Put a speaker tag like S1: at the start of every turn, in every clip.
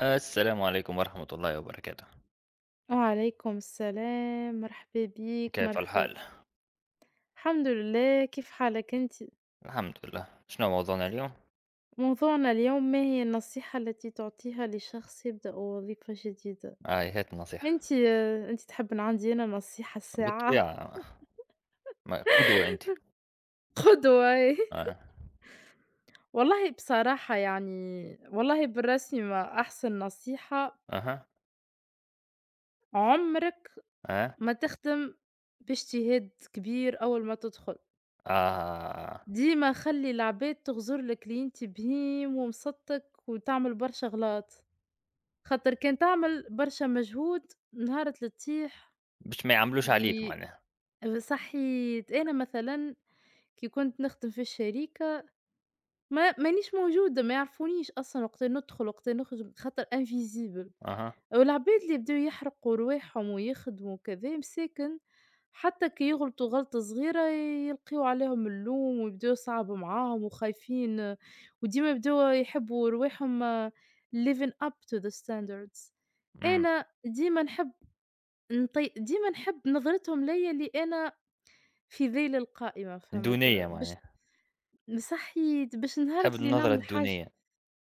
S1: السلام عليكم ورحمة الله وبركاته.
S2: وعليكم السلام، مرحبا بيك،
S1: كيف
S2: مرحبا.
S1: الحال؟
S2: الحمد لله، كيف حالك أنت؟
S1: الحمد لله. شنو موضوعنا اليوم؟
S2: موضوعنا اليوم ما هي النصيحة التي تعطيها لشخص يبدأ وظيفة جديدة؟
S1: هاي هات النصيحة.
S2: أنت أنت تحب ان عندي أنا نصيحة الساعة؟
S1: بالطبيعة. قدوة أنت.
S2: قدوة.
S1: آه.
S2: والله بصراحة يعني، والله بالرسمي ما أحسن نصيحة
S1: أها.
S2: عمرك
S1: آه.
S2: ما تخدم باجتهاد كبير أول ما تدخل.
S1: آه.
S2: ديما خلّي العباد تغزر لك اللي أنت بهيم ومصدتك وتعمل برشا غلاط، خاطر كان تعمل برشا مجهود نهار اللي تطيح.
S1: باش ما يعملوش عليك،
S2: ي
S1: معناها.
S2: صحيت أنا مثلًا كي كنت نخدم في الشركة، ما مانيش موجودة ما يعرفونيش أصلًا وقت ندخل وقت نخرج خاطر invisible.
S1: أها.
S2: والعباد اللي بداو يحرقوا رواحهم ويخدموا كذا مساكن، حتى كي يغلطوا غلطة صغيرة يلقيو عليهم اللوم ويبداو صعب معاهم وخايفين، وديما يبداو يحبوا رواحهم living up to the standards.
S1: أمم.
S2: أنا ديما نحب ديما نحب نظرتهم ليا اللي أنا في ذيل القائمة،
S1: دونية
S2: فهمت؟ باش
S1: معناها.
S2: صحيت، باش
S1: تحب
S2: نهارت اللي
S1: النظرة
S2: نعمل حاجة،
S1: الدونية.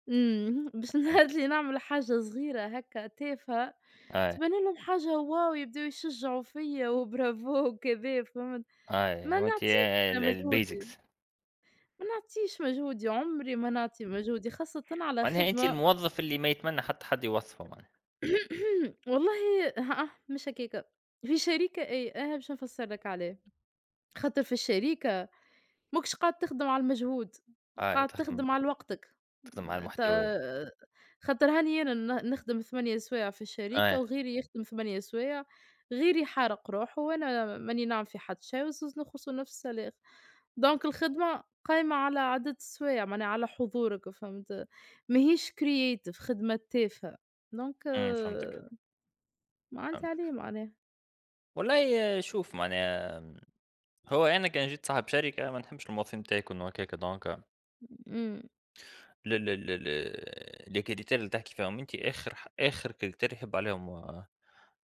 S2: إمم، باش نهار
S1: آه.
S2: اللي نعمل حاجة صغيرة هكا تافهة،
S1: آه.
S2: تبان لهم حاجة واو يبداو يشجعوا فيّا وبرافو وكذا، فهمت؟
S1: آه.
S2: ما
S1: وأنت.
S2: نعطيش أنا مجهودي،
S1: البيزكس.
S2: ما نعطيش مجهودي، عمري ما نعطي مجهودي خاصةً على
S1: معناها أنت
S2: خدمة.
S1: الموظف اللي ما يتمنى حتى حد يوظفه معناها.
S2: والله مش هكاكا، في شركة أي أنا باش نفسّر لك عليه، خاطر في الشركة ما كنتش قاعد تخدم على المجهود،
S1: آه.
S2: قاعد
S1: تخدم.
S2: تخدم على وقتك.
S1: تخدم على
S2: م ت
S1: المحتوى.
S2: خاطر هاني أنا نخدم 8 سوايع في
S1: آه.
S2: الشركة وغيري يخدم 8 سوايع، غيري حارق روحه وأنا ماني ناعم في حد شي وزوز نخلصوا نفس السلاخ، دونك الخدمة قايمة على عدد السوايع معناها على حضورك، فهمت؟ ماهيش creative، خدمة تافهة، دونك
S1: أمم، فهمتك.
S2: ما عندي عليه
S1: فهمتك.
S2: معناها،
S1: والله. آه، شوف معناها. هو أنا كان جيت صاحب شركة، ما نحبش الموظفين نتاعي يكونوا هكاكا. دونك
S2: إمم.
S1: ل ل ل ل لي كريتير اللي تحكي فيهم أنت، آخر كريتير يحب عليهم،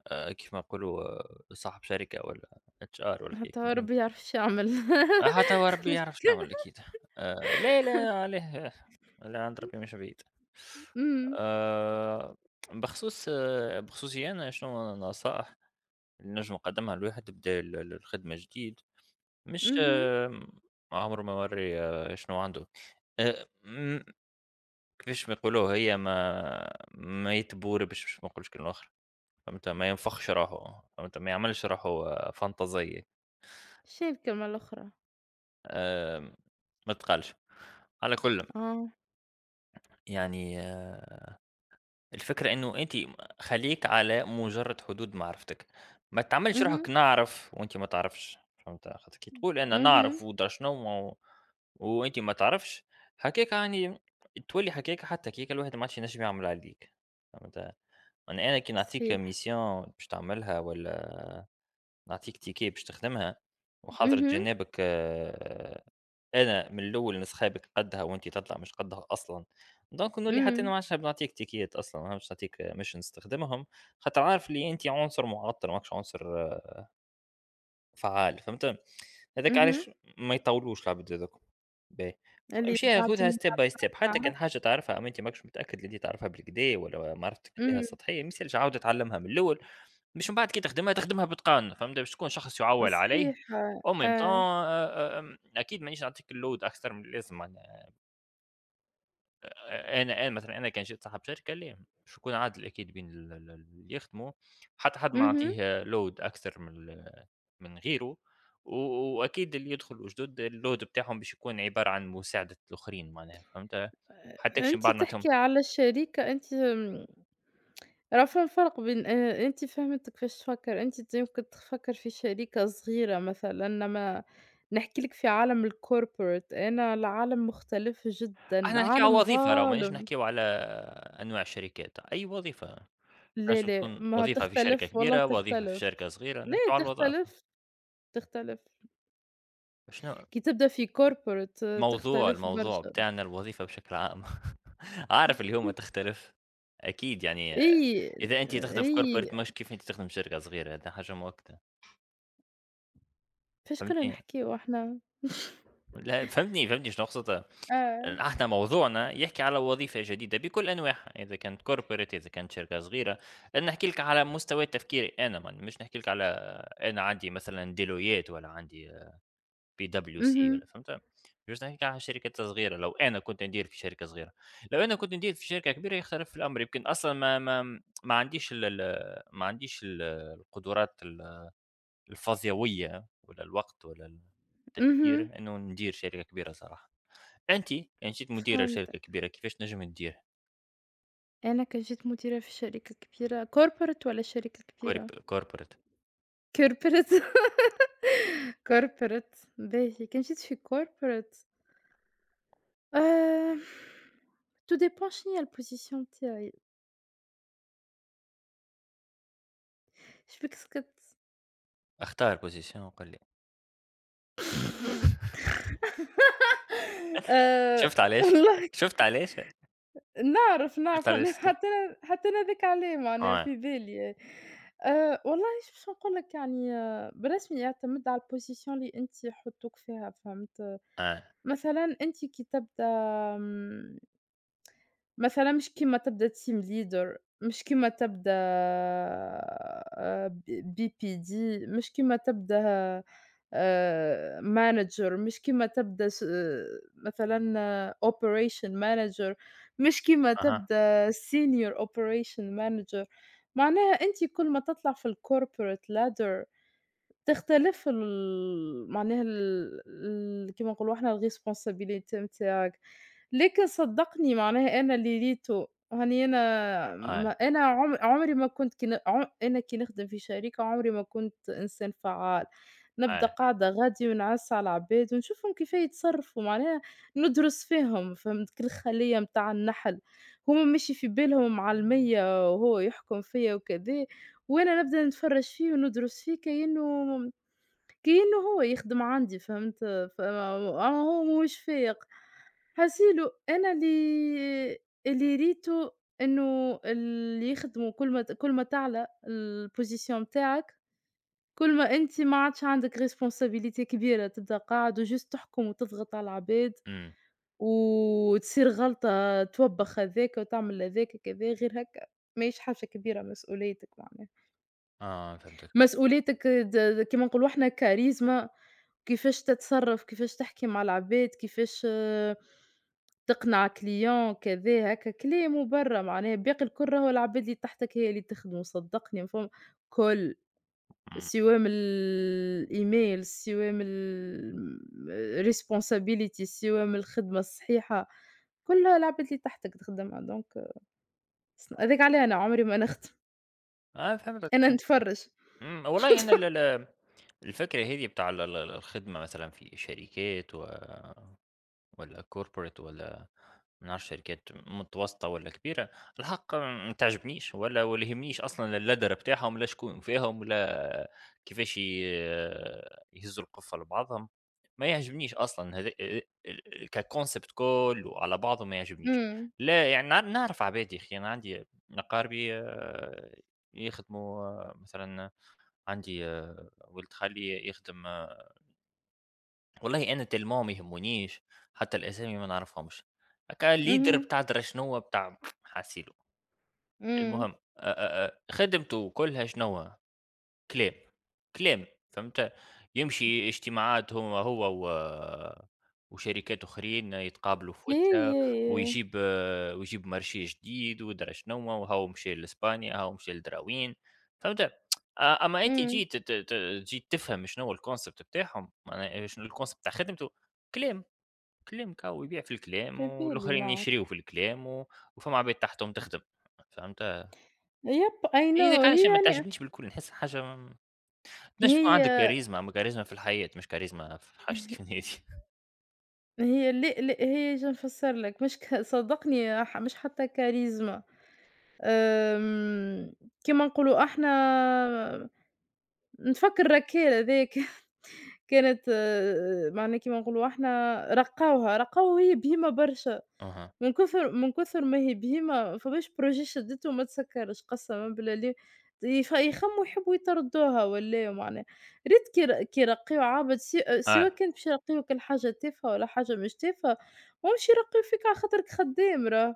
S1: كيما نقولوا، صاحب شركة ولا HR ولا حكاية
S2: حتى هو
S1: كيما هذي.
S2: ربي يعرف إيش يعمل.
S1: حتى هو ربي يعرف شنو يعمل أكيد. لا، لا عليه. لا، عند ربي مش بعيد.
S2: إمم،
S1: آآ بخصوصي أنا شنو النصائح اللي نجم نقدمها لواحد بدا الخدمة جديد. مش
S2: اهم.
S1: عمرو موري، شنو عنده. م كيفاش ما يقولوا، هي ما يتبور، باش ما نقولش كلمة أخرى، فهمت؟ ما ينفخش روحه، فهمت؟ ما يعملش روحه، فانتازية.
S2: شي الكلمة الأخرى،
S1: آمم، ما تقالش. على كُل،
S2: آه،
S1: يعني، الفكرة إنه أنتِ خليك على مجرد حدود معرفتك. ما تعملش روحك
S2: اهم،
S1: نعرف وأنتِ ما تعرفش. فهمت؟ خاطر كي تقول أنا نعرف
S2: اهم،
S1: وأدرى شنو، وأنتِ ما تعرفش، حكاكة يعني، تولي حكاكة حتى كيكة الواحد ما عادش ينجم يعمل عليك، فهمت؟ أنا كي نعطيك
S2: صحيح،
S1: mission باش تعملها، والّا نعطيك تيكي باش تخدمها، وحضرة
S2: اهم،
S1: جنابك، أنا من الأول نسخابك قدها وأنتِ تطلع مش قدها أصلًا. دونك نولي حتى أنا
S2: إمم،
S1: ما عادش حاب نعطيك تيكيات أصلًا، ما عادش نعطيك missions تخدمهم، خاطر عارف اللي أنتِ عنصر معطل، ماكش عنصر فعّال. فهمت؟ هاذاك
S2: اهم،
S1: علاش ما يطوّلوش العباد هاذوكم. باهي.
S2: اللي
S1: امشيها
S2: بعد
S1: خذها
S2: ما
S1: step by step. حتى كان
S2: تعرف،
S1: حاجة تعرفها أما أنت ماكش متأكد اللي أنت تعرفها بالكدا، والّا معرفتك بها
S2: إمم،
S1: سطحية، ما يسالش عاود تعلمها من الأول، باش من بعد كي تخدمها تخدمها بإتقان، فهمت، باش تكون شخص يُعوّل
S2: صحيح،
S1: عليه. en même temps
S2: آه،
S1: آمم، أكيد مانيش نعطيك الload أكثر من اللازم معناها. أ أنا أنا مثلًا أنا كان جيت صاحب شركة لا، باش يكون عادل أكيد بين ال ال اللي يخدموا. حتى حد ما
S2: اهم.
S1: نعطيه load أكثر من من غيره. و وأكيد اللي يدخلوا جدد الload بتاعهم باش يكون عبارة عن مساعدة الآخرين معناها، فهمت؟ حتىكش من
S2: أنتِ
S1: بعد نعطيهم.
S2: تحكي على الشريكة أنتِ؟ آمم، راه فما فرق بين أنتِ فهمتِك كيفاش تفكّر، أنتِ يمكن تفكّر في شريكة صغيرة مثلًا، إنما نحكي لِك في عالم الcorporate، أنا العالم مختلف جدًا،
S1: إحنا نحكيو على
S2: عالم
S1: وظيفة، راهو ماناش
S2: ظالم.
S1: نحكيو على أنواع الشركات. أي وظيفة،
S2: لا،
S1: تنجم
S2: لا،
S1: تكون
S2: ما
S1: وظيفة في شركة
S2: تختلف. والله
S1: كبيرة، وظيفة في
S2: تختلف.
S1: شركة صغيرة.
S2: لا
S1: نحكيو على الوظائف.
S2: تختلف، تختلف.
S1: شنو
S2: كي تبدأ في corporate
S1: الموضوع،
S2: تختلف
S1: الموضوع
S2: برشا.
S1: بتاعنا الوظيفة بشكل عام. أعرف اليوم تختلف أكيد يعني.
S2: أي،
S1: إذا أنتِ تخدم في
S2: أي،
S1: corporate مش كيف أنتِ تخدم في شركة صغيرة، هذا حاجة مؤكدة.
S2: فاش كنا
S1: فهمتني؟
S2: نحكيو إحنا؟
S1: لأ فهمتني، فهمتني شنو أقصد؟
S2: آه،
S1: إحنا موضوعنا يحكي على وظيفة جديدة بكل أنواعها، إذا كانت corporate، إذا كانت شركة صغيرة. أنا نحكي لك على مستوى تفكيري أنا، مش نحكي لك على. أنا عندي مثلًا ديلويت ولا عندي بي دبليو سي
S2: اهم،
S1: ولا، فهمت؟ جوست نحكيك على شركات صغيرة. لو أنا كنت ندير في شركة صغيرة، لو أنا كنت ندير في شركة كبيرة يختلف الأمر. يمكن أصلًا ما عنديش القدرات الفظيوية ولا الوقت ولا
S2: اهم،
S1: التفكير إنه ندير شركة كبيرة صراحة. أنتِ كان جيت مديرة
S2: فهمتك.
S1: لشركة كبيرة كيفاش نجم تدير؟
S2: أنا كان جيت مديرة في شركة كبيرة corporate والّا شركة
S1: corp
S2: كبيرة؟
S1: corporate؟
S2: corporate. corporate باهي، كان جيت في corporate. آآ tout dépend شنيا الposition نتاعي. Je m'excuse.
S1: اختار position وقل لي.
S2: آآ
S1: شُفت علاش؟
S2: والله.
S1: شُفت علاش؟
S2: نعرف،
S1: شُفت
S2: نعرف،
S1: علاش
S2: أنا
S1: سكت؟
S2: حتى أنا حتى أنا ذاك عليه معناها
S1: آه.
S2: في بالي. والله باش نقول لك، يعني بالرسمي يعتمد على الposition اللي أنتِ يحطوك فيها، فهمت؟
S1: آه.
S2: مثلًا أنتِ كي تبدا، آمم، مثلًا مش كيما تبدا team leader، مش كيما تبدا BPD، مش كيما تبدا manager، مش كيما تبدا مثلًا operation manager، مش كيما
S1: أها.
S2: تبدا senior operation manager. معناها أنتِ كل ما تطلع في الcorporate ladder، تختلف ال معناها ال كيما نقولوا إحنا الresponsibility نتاعك. لكن صدّقني معناها أنا اللي ريته، هاني أنا
S1: آه.
S2: م أنا عم عمري ما كنت كي ن عم أنا كي نخدم في شركة عمري ما كنت إنسان فعّال، نبدا
S1: آه.
S2: قاعدة غادي ونعَس على العباد ونشوفهم كيف يتصرفوا معناها، ندرس فيهم، فهمت؟ كي الخلية متاع النحل، هُم ماشي في بالهم معلميّة وهو يحكم فيّا وكذا، وأنا نبدا نتفرّج فيه وندرس فيه كأنه هو يخدم عندي، فهمت؟ فما أما هو ماهوش فايق، حاسيلو أنا اللي ريته إنه اللي يخدموا كل ما تعلى الposition متاعك، كل ما أنت ما عادش عندك responsabilité كبيرة، تبدا قاعد وجست تحكم وتضغط على العباد،
S1: إمم.
S2: وتصير غلطة توبّخ هذاك وتعمل هذاك كذا، غير هكا ماهيش حاجة كبيرة مسؤوليتك معناها.
S1: آه. فهمتك.
S2: مسؤوليتك كيما نقولوا إحنا كاريزما، كيفاش تتصرّف، كيفاش تحكي مع العباد، كيفاش تقنع كليون كذا هكا، كلام وبرّا معناها الباقي الكل راهو العباد اللي تحتك هي اللي تخدمه صدّقني. فم كل
S1: إمم.
S2: سواء من الإيميل، سواء من ال responsibility، سواء من الخدمة الصحيحة، كلها العباد اللي تحتك تخدمها، دونك هاذاك علاه أنا عمري ما نخدم،
S1: آه، فهمتك.
S2: أنا
S1: فهمتك.
S2: نتفرّج.
S1: إمم، والله إن ال ال الفكرة هي دي بتاع ال ال الخدمة مثلًا في شركات، و ولا corporate، ولا من عارف، شركات متوسطة ولا كبيرة. الحق ما تعجبنيش، ولا يهمنيش أصلا اللدر بتاعهم، لا شكون فيهم، ولا كيفاش يهزوا القفة لبعضهم. ما يعجبنيش أصلا هذا ككونسبت، كله على بعضه ما يعجبنيش.
S2: إمم،
S1: لا يعني نعرف عباد. يا أخي أنا عندي أقاربي، يخدموا، مثلا عندي، ولد خالي يخدم. والله أنا التلميع ما يهمونيش، حتى الأسامي ما نعرفهمش، هاكا الleader
S2: اهم،
S1: بتاع درا شنوا بتاع حاسيلو.
S2: إمم.
S1: المهم أ أ أ خدمته كلها شنوا؟ كليم، كليم، فهمت؟ يمشي اجتماعات، هو هو وشركات أخرين يتقابلوا في
S2: ياه،
S1: وتلة.
S2: ياه، ياه!
S1: ويجيب ويجيب مارشي جديد ودرا شنوا، وهو مشى لإسبانيا، هاو مشى لدراوين، فهمت؟ أما أنت
S2: إمم،
S1: جيت ت ت جيت تفهم شنو هو الconcept بتاعهم، معناها شنو الconcept بتاع خدمته. كلام، كلام. كاو يبيع في الكلام،
S2: في بالي
S1: والآخرين
S2: نعرف.
S1: يشريوا في الكلام، و وفما عباد تحتهم تخدم، فهمت؟
S2: I
S1: هي
S2: know،
S1: ذيك علاش
S2: هي
S1: ما
S2: يعني.
S1: تعجبنيش بالكل، نحسها حاجة ليش يكون
S2: هي
S1: عندِك كاريزما. أمّا كاريزما في الحياة، مش كاريزما في حاجة. كنادي.
S2: هي ل ل هي جا نفسّر لك مش صدّقني مش حتى كاريزما. آمم، كيما نقولوا إحنا نفكّر ركّال هذاك كانت معناها كيما نقولوا إحنا، رقّاوها، رقّاوها هي بهيمة برشا.
S1: أها.
S2: من كثر ما هي بهيمة فماش بروجي شدته وما تسكرش قسما بالله لي يخموا يحبوا يطردوها ولا معناها، ريت كي كي يرقيو عابد سوا
S1: أيوه.
S2: كان باش يرقيوك لحاجة تافهة ولا حاجة مش تافهة، ومش يرقيو فيك على خاطرك خدام، راه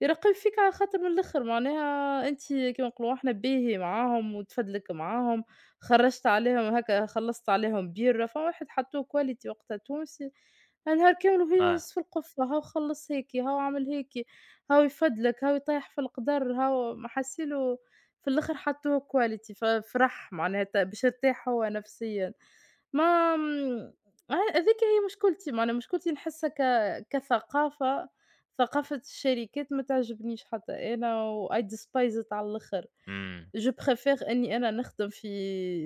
S2: يرقيو فيك على خاطر من الاخر، معناها انت كيما نقولوا احنا باهي معاهم وتفدلك معاهم. خرجت عليهم هكا، خلصت عليهم بيرة، فواحد حطوه كواليتي وقتها تونسي النهار كامل وهي
S1: أيوه.
S2: يهز في القفّة، هاو خلّص هيكي، هاو عمل هيكي، هاو يفدلك، هاو يطيّح في القدر، هاو م حاسيلو في الآخر حطّوه quality ففرح معناها باش يرتاح هو نفسيًا. ما آمم، هاذيك هي مشكلتي، معناها مشكلتي نحسّها كثقافة، ثقافة الشركات ما تعجبنيش حتى أنا، وI despise it على الآخر.
S1: إمم.
S2: je préfère إني أنا نخدم في،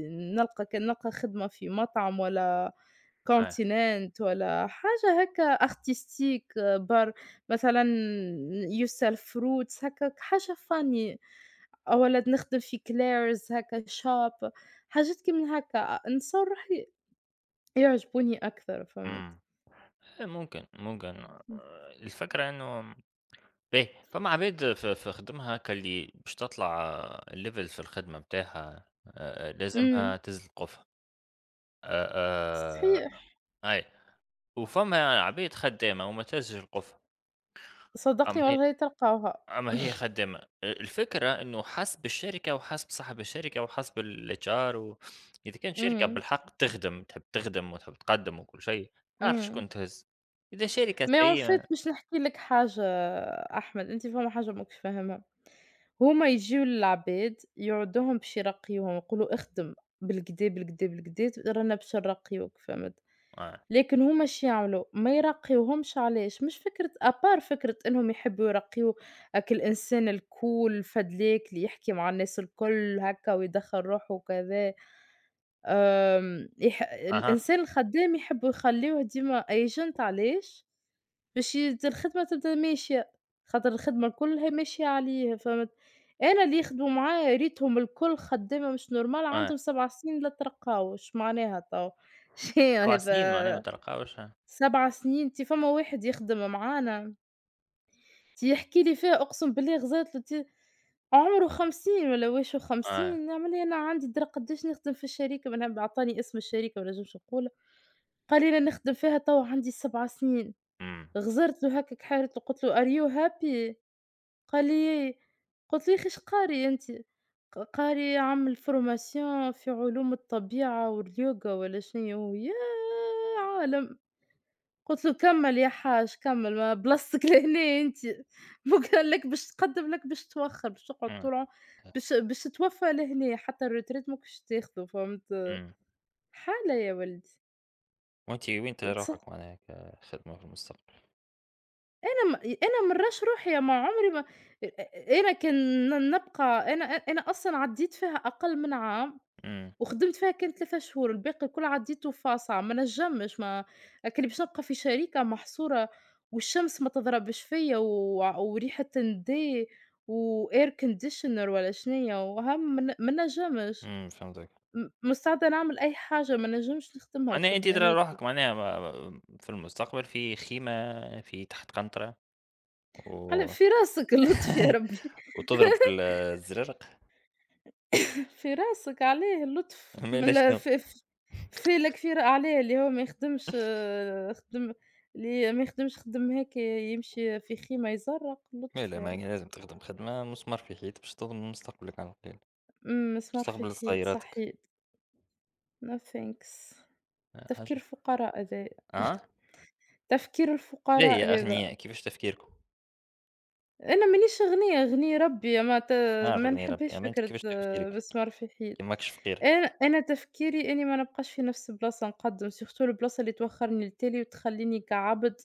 S2: نلقى كان نلقى خدمة في مطعم والّا
S1: أيوه.
S2: continent ولا حاجة هكا artistique برك، مثلًا يُسَل fruits هكاك حاجة funny، أولاد نخدم في Claire's هكا shop، حاجات كي من هكا، نتصور روحي يعجبوني أكثر، فهمت؟
S1: إمم. إيه ممكن، ممكن،
S2: إمم.
S1: الفكرة إنه. باهي، فما عباد في خدمها كاللي باش تطلع level في الخدمة بتاعها،
S2: إمم،
S1: لازمها تزل قفا، آآ،
S2: صحيح،
S1: أيوه. وفما عباد خدامة وما تهزش القفا، أما
S2: صدّقني
S1: هي.
S2: والله تلقاوها.
S1: آه. ما هي خدّامة. الفكرة إنه حسب الشركة، وحسب صاحب الشركة، وحسب الHR، و إذا كانت شركة
S2: إمم،
S1: بالحق تخدم، تحب تخدم وتحب تقدّم وكل شيء، تعرف
S2: إمم،
S1: شكون تهز. إذا شركة
S2: mais en
S1: سيئة.
S2: fait باش نحكي لك حاجة أحمد، أنت فما حاجة ماكش فاهمها. هُما يجيو للعباد يعُدّوهم باش يرقّيوهم، يقولوا اخدم بالكدا، بالكدا، بالكدا رانا باش نرقّيوك، فهمت؟
S1: آه.
S2: لكن هُما اش يعملوا، ما يرقّيوهمش علاش؟ مش فكرة à part فكرة إنهم يحبّوا يرقّيو هاك الإنسان الcool الفدلاك اللي يحكي مع الناس الكل هاكا ويدخّل روحه وكذا. آمم،
S1: أها.
S2: الإنسان الخدّام يحبّوا يخلّيوه ديما agent، علاش؟ باش الخدمة تبدا ماشية، خاطر الخدمة الكل هي ماشية عليه، فهمت؟ أنا اللي يخدموا معايا ريتهم الكل خدّامة مش normal،
S1: آه.
S2: عندهم 7 سنين لا ترقّاو، إيش معناها تو؟ شنو
S1: 7 سنين معناها ما
S2: هذا
S1: تلقاوش. آه،
S2: 7 سنين! أنت فما واحد يخدم معانا، يحكي لي فيها أقسم بالله غزاتلو عمره 50 والّا واش
S1: آه.
S2: و50، نعمل إيه؟ أنا عندي درا قداش نخدم في الشركة، ما نحب عطاني اسم الشركة ما نجمش نقولها. قال لي: "أنا نخدم فيها توا عندي 7 سنين."
S1: إمم.
S2: غزرت له هكاك حارت له قُلت له: "Are you happy؟" قال لي: قُلت له: "يا أخي إيش قاري أنت؟" قاري عامل formation في علوم الطبيعة واليوجا والّا شنيا يا عالم! قُلت له: "كمّل يا حاج كمّل، ما بلاصتك لهنا أنت، مو قال لك باش تقدّم لك باش توخّر باش تقعد
S1: إمم.
S2: طول باش تتوفّى لهنا حتى الretraite ماكش تاخده." فهمت؟
S1: إمم.
S2: حالة يا ولدي.
S1: وأنتِ وين ترى
S2: تص
S1: روحك معناها كخدمة في المستقبل؟
S2: أنا م أنا من رش روحي ما عمري ما، أ أنا كان ن نبقى أنا أ أنا أصلًا عدّيت فيها أقل من عام،
S1: إمم.
S2: وخدمت فيها كان 3 شهور، الباقي الكل عدّيته فاصعة، ما نجمش ما، لكن باش نبقى في شركة محصورة والشمس ما تضربش فيّا، و وريحة ندي وair conditioner ولا شنيا وهم، ما نجمش،
S1: إمم، فهمتك.
S2: مستعدة نعمل أي حاجة، ما نجمش نخدمها
S1: معناها أنتِ
S2: الخدمة
S1: ترى
S2: هاكي،
S1: روحك معناها في المستقبل في خيمة، في تحت قنطرة،
S2: على
S1: و
S2: في راسك اللطف يا ربي.
S1: وتضرب في الزرارق؟
S2: في راسك عليه اللطف،
S1: مالها
S2: مل
S1: شنو؟
S2: في في في الكفير عليه، اللي هو ما يخدمش خدم اللي ما يخدمش خدم هيك يمشي في خيمة يزرّق، لطف
S1: مالها،
S2: يا
S1: ما هي
S2: ربي.
S1: لازم تخدم خدمة مسمار في حيط باش تضمن مستقبلك على الأقل،
S2: إمم، مسمار في
S1: مستقبل
S2: حيط،
S1: صغيراتك.
S2: صحيت. No thanks.
S1: آه،
S2: تفكير
S1: حاجة.
S2: الفقراء هذايا،
S1: آه؟
S2: تفكير الفقراء
S1: باهية، أغنياء
S2: هذا.
S1: كيفاش تفكيركم؟
S2: أنا مانيش غنيّة، غني ربي
S1: ما نعرف
S2: ما
S1: غني ربي،
S2: نحبّهاش
S1: أما أنت
S2: فكرة
S1: كيفاش تفكيرك؟
S2: مسمار في حيط.
S1: كي ماكش فقير.
S2: أنا تفكيري إني ما نبقاش في نفس البلاصة نقدّم، surtout البلاصة اللي توخّرني للتالي وتخلّيني كعبْد،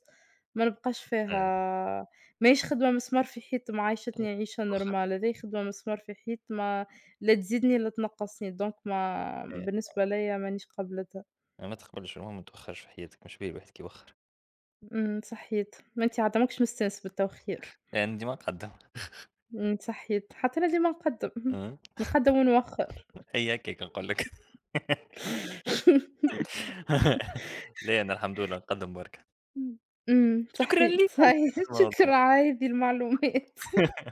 S2: ما نبقاش
S1: آه،
S2: فيها، ماهيش خدمة مسمار في حيط معيّشتني عيشة
S1: وخّر.
S2: normal، هذي خدمة مسمار في حيط ما لا تزيدني لا تنقّصني، دونك ما
S1: آه،
S2: بالنسبة ليّا مانيش قابلتها.
S1: ما تقبلش المهم ما توخّرش في حياتك. مش باهي الواحد كي يوخّر،
S2: إمم، صحيت، ما أنتِ عاد ماكش مستانس بالتوخير.
S1: يعني ديما نقدّم.
S2: إمم، صحيت، حتى أنا ديما نقدّم، اهم،
S1: آه.
S2: نقدّم ونوخّر.
S1: هي هكاك نقول لك. لا أنا الحمد لله نقدّم برك.
S2: إمم، إمم،
S1: شكرًا
S2: صحيح،
S1: ليك على هذا
S2: صحيح،
S1: الموضوع.
S2: شكرًا على هذه المعلومات.